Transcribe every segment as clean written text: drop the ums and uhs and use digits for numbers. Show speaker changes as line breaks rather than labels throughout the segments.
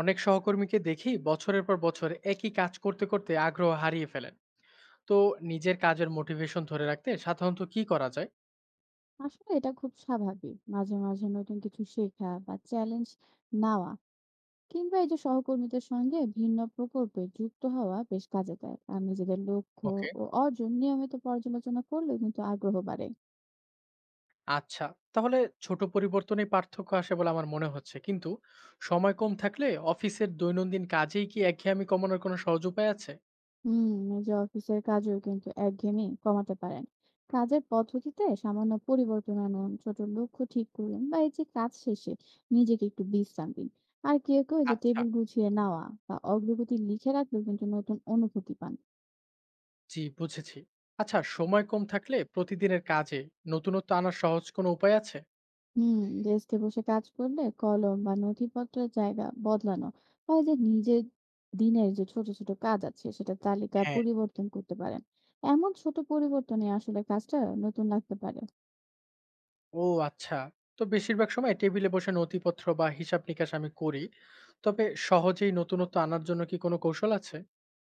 অনেক সহকর্মীকে দেখি বছরের পর বছর একই কাজ করতে করতে আগ্রহ হারিয়ে ফেলেন। তো নিজের কাজের মোটিভেশন ধরে রাখতে সাধারণত কি করা যায়?
আসলে এটা খুব স্বাভাবিক। মাঝে, মাঝে নতুন কিছু শেখা বা চ্যালেঞ্জ নেওয়া কিংবা এই যে সহকর্মীদের সঙ্গে ভিন্ন প্রকল্পে যুক্ত হওয়া বেশ কাজে দেয়। আর নিজেদের লক্ষ্য
ওকে।
ও অর্জন নিয়মিত পর্যালোচনা করলেও কিন্তু আগ্রহ বাড়ে।
আচ্ছা, তাহলে ছোট পরিবর্তনে পার্থক্য আসে বলে আমার মনে হচ্ছে, কিন্তু সময় কম থাকলে অফিসের দৈনন্দিন কাজেই কি একঘেয়েমি কমানোর কোনো সহজ উপায় আছে?
হুম, এই যে অফিসের কাজেও কিন্তু একঘেয়েমি কমাতে পারেন। কাজের পদ্ধতিতে সামান্য পরিবর্তন আনুন, ছোট লক্ষ্য ঠিক করুন বা এই যে কাজ শেষে নিজেকে একটু বিশ্রাম দিন। আর কেউ কেউ এই যে
আচ্ছা,
টেবিল গুছিয়ে নেওয়া বা অগ্রগতি লিখে রাখলেও কিন্তু নতুন অনুভূতি পান।
জি বুঝেছি। আচ্ছা, সময় কম থাকলে প্রতিদিনের কাজে নতুনত্ব আনার সহজ কোনো উপায় আছে?
হুম, ডেস্কে বসে কাজ করলে কলম বা নথিপত্রের জায়গা বদলানো বা এই যে নিজের দিনের যে ছোট ছোট কাজ আছে সেটা তালিকা
হ্যাঁ,
পরিবর্তন করতে পারেন। এমন ছোট পরিবর্তনে আসলে কাজটা নতুন লাগতে পারে।
ও আচ্ছা। বেশিরভাগ সময় টেবিলে বসে নথিপত্র বা হিসাব নিকাশ আমি করি। তবে সহজেই নতুনত্ব আনার জন্য কি কোনো কৌশল আছে?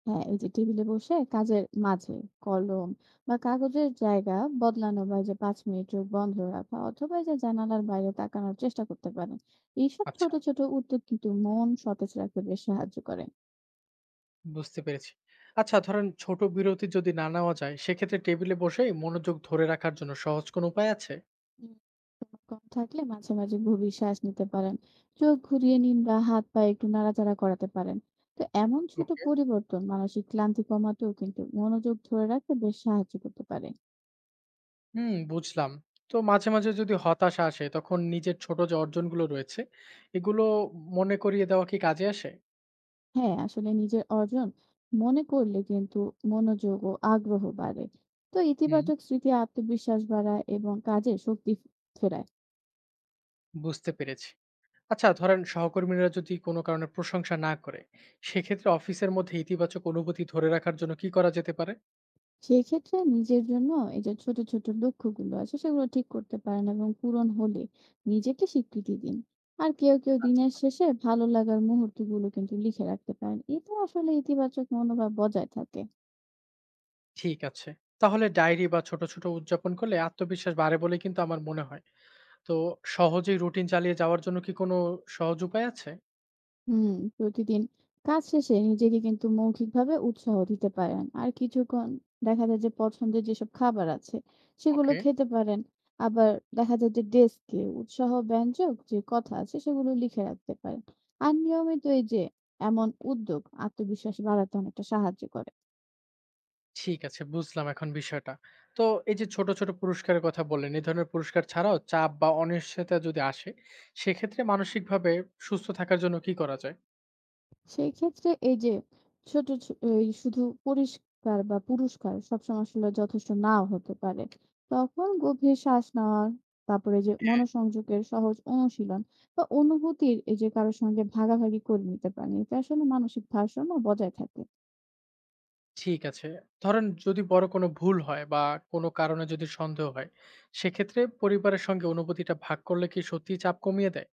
হ্যাঁ, এই যে টেবিলে বসে কাজের মাঝে কলম বা কাগজের জায়গা বদলানো বা এই যে 5 মিনিট চোখ বন্ধ রাখা অথবা এই যে জানালার বাইরে তাকানোর চেষ্টা করতে পারেন। এইসব
আচ্ছা,
ছোট ছোট উদ্যোগ কিন্তু মন সতেজ রাখতে বেশ সাহায্য করে।
বুঝতে পেরেছি। আচ্ছা, ধরেন ছোট বিরতি যদি না নেওয়া যায়, সেক্ষেত্রে টেবিলে বসেই মনোযোগ ধরে রাখার জন্য সহজ কোনো উপায় আছে?
উম সময় কম থাকলে মাঝে, মাঝে গভীর শ্বাস নিতে পারেন। চোখ ঘুরিয়ে নিন বা হাত-পা একটু নাড়াচাড়া করাতে পারেন। তো এমন ছোট
ওকে।
পরিবর্তন মানসিক ক্লান্তি কমাতেও কিন্তু মনোযোগ ধরে রাখতে বেশ সাহায্য করতে পারে।
হুম, বুঝলাম। মাঝে, মাঝে যদি হতাশা আসে, তখন নিজের ছোট যে অর্জনগুলো রয়েছে, এগুলো মনে করিয়ে দেওয়া কি কাজে আসে?
হ্যাঁ, আসলে নিজের অর্জন মনে করলে কিন্তু মনোযোগ ও আগ্রহ বাড়ে। তো
হুম,
ইতিবাচক স্মৃতি আত্মবিশ্বাস বাড়ায় এবং কাজে শক্তি ফেরায়।
বুঝতে পেরেছি। আচ্ছা, ধরেন সহকর্মীরা যদি কোনো কারণে প্রশংসা না করে, সেক্ষেত্রে অফিসের মধ্যে ইতিবাচক অনুভূতি ধরে রাখার জন্য কি করা যেতে পারে?
সেক্ষেত্রে নিজের জন্য এই যে ছোট ছোট লক্ষ্যগুলো আছে সেগুলো ঠিক করতে পারেন এবং পূরণ হলে নিজেকে স্বীকৃতি দিন। আর কেউ কেউ
আচ্ছা,
দিনের শেষে ভালো লাগার মুহূর্তগুলো কিন্তু লিখে রাখতে পারেন, এতে আসলে ইতিবাচক মনোভাব বজায় থাকে।
ঠিক আছে। তাহলে ডায়েরি বা ছোট ছোট উদযাপন করলে আত্মবিশ্বাস বাড়ে বলে কিন্তু আমার মনে হয়। তো সহজেই রুটিন চালিয়ে যাওয়ার জন্য কি কোনো সহজ উপায় আছে?
হুম, প্রতিদিন কাজ শেষে নিজেকে কিন্তু মৌখিকভাবে উৎসাহ দিতে পারেন। আর কিছুক্ষণ দেখা যায় যে পছন্দের যেসব খাবার আছে সেগুলো
ওকে,
খেতে পারেন। আবার দেখা যায় যে ডেস্কে উৎসাহ ব্যঞ্জক যে কথা আছে সেগুলো লিখে রাখতে পারেন। আর নিয়মিত এই যে এমন উদ্যোগ আত্মবিশ্বাস বাড়াতে অনেকটা সাহায্য করে।
ঠিক আছে, বুঝলাম এখন বিষয়টা। তো এই যে ছোট ছোট পুরস্কারের কথা বললেন, এই ধরনের পুরস্কার ছাড়াও চাপ বা অনিশ্চয়তা যদি আসে, সেক্ষেত্রে মানসিকভাবে সুস্থ থাকার জন্য কি করা যায়?
সেই ক্ষেত্রে এই যে ছোট ছ এই শুধু পরিষ্কার বা পুরস্কার সবসময় আসলে যথেষ্ট নাও হতে পারে। তখন গভীর শ্বাস নেওয়া, তারপরে যে মনোসংযোগের সহজ অনুশীলন বা অনুভূতির এই যে কারো সঙ্গে ভাগাভাগি করে নিতে পারেন। এটা আসলে মানসিক ভারসাম্য বজায় থাকে।
ঠিক আছে। ধরেন যদি বড় কোনো ভুল হয় বা কোনো কারণে যদি সন্দেহ হয়, সেক্ষেত্রে পরিবারের সঙ্গে অনুভূতিটা ভাগ করলে কি সত্যিই চাপ কমিয়ে দেয়?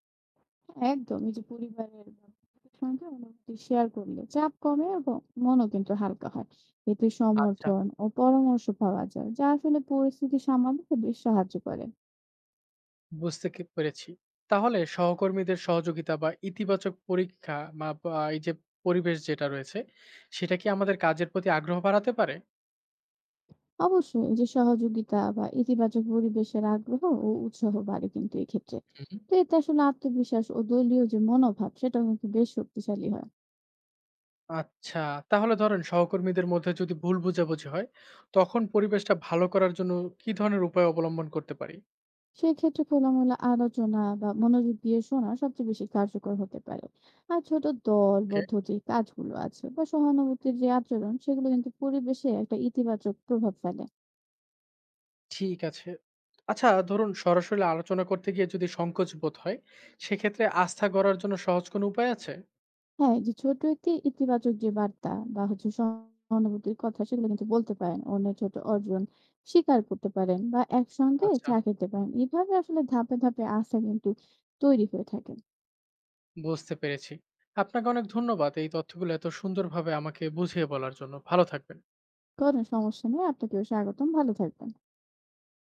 একদম, এই যে পরিবারের বা বন্ধুদের সঙ্গে অনুভূতি শেয়ার করলে চাপ কমে এবং মনও কিন্তু হালকা হয়। এতে
আচ্ছা,
সমর্থন ও পরামর্শ পাওয়া যায়, যা আসলে পরিস্থিতি সামাল দিতে বেশ সাহায্য করে।
বুঝতে কি পেরেছি। তাহলে সহকর্মীদের সহযোগিতা বা ইতিবাচক পরীক্ষা মা বা এই যে পরিবেশ যেটা রয়েছে, সেটা কি আমাদের কাজের প্রতি আগ্রহ বাড়াতে পারে?
অবশ্যই, এই যে সহযোগিতা বা ইতিবাচক পরিবেশের আগ্রহ ও উৎসাহ বাড়ে কিন্তু এক্ষেত্রে,
হুম।
তো এতে আসলে আত্মবিশ্বাস ও দলীয় যে মনোভাব সেটাও কিন্তু বেশ শক্তিশালী হয়।
আচ্ছা, তাহলে ধরেন সহকর্মীদের মধ্যে যদি ভুল বোঝাবুঝি হয়, তখন পরিবেশটা ভালো করার জন্য কি ধরনের উপায় অবলম্বন করতে পারি?
সেক্ষেত্রে খোলামেলা আলোচনা বা মনোযোগ দিয়ে শোনা সবচেয়ে বেশি কার্যকর হতে পারে। আর ছোট দলবদ্ধ যে কাজগুলো আছে বা সহানুভূতির যে আচরণ সেগুলো কিন্তু পরিবেশে একটা ইতিবাচক প্রভাব ফেলে।
ঠিক আছে। আচ্ছা, ধরুন সরাসরি আলোচনা করতে গিয়ে যদি সংকোচ বোধ হয়, সেক্ষেত্রে আস্থা গড়ার জন্য সহজ কোনো উপায় আছে?
হ্যাঁ, এই যে ছোট একটি ইতিবাচক যে বার্তা বা হচ্ছে সহানুভূতির কথা সেগুলো কিন্তু বলতে পারেন। অন্যের ছোট অর্জন স্বীকার করতে পারেন বা একসঙ্গে
আচ্ছা,
চা খেতে পারেন। এভাবে আসলে ধাপে, ধাপে আস্থা কিন্তু তৈরি হয়ে থাকে।
বুঝতে পেরেছি। আপনাকে অনেক ধন্যবাদ এই তথ্যগুলো এত সুন্দরভাবে আমাকে বুঝিয়ে বলার জন্য। ভালো থাকবেন।
কোনো সমস্যা নেই। আপনাকেও স্বাগতম। ভালো থাকবেন।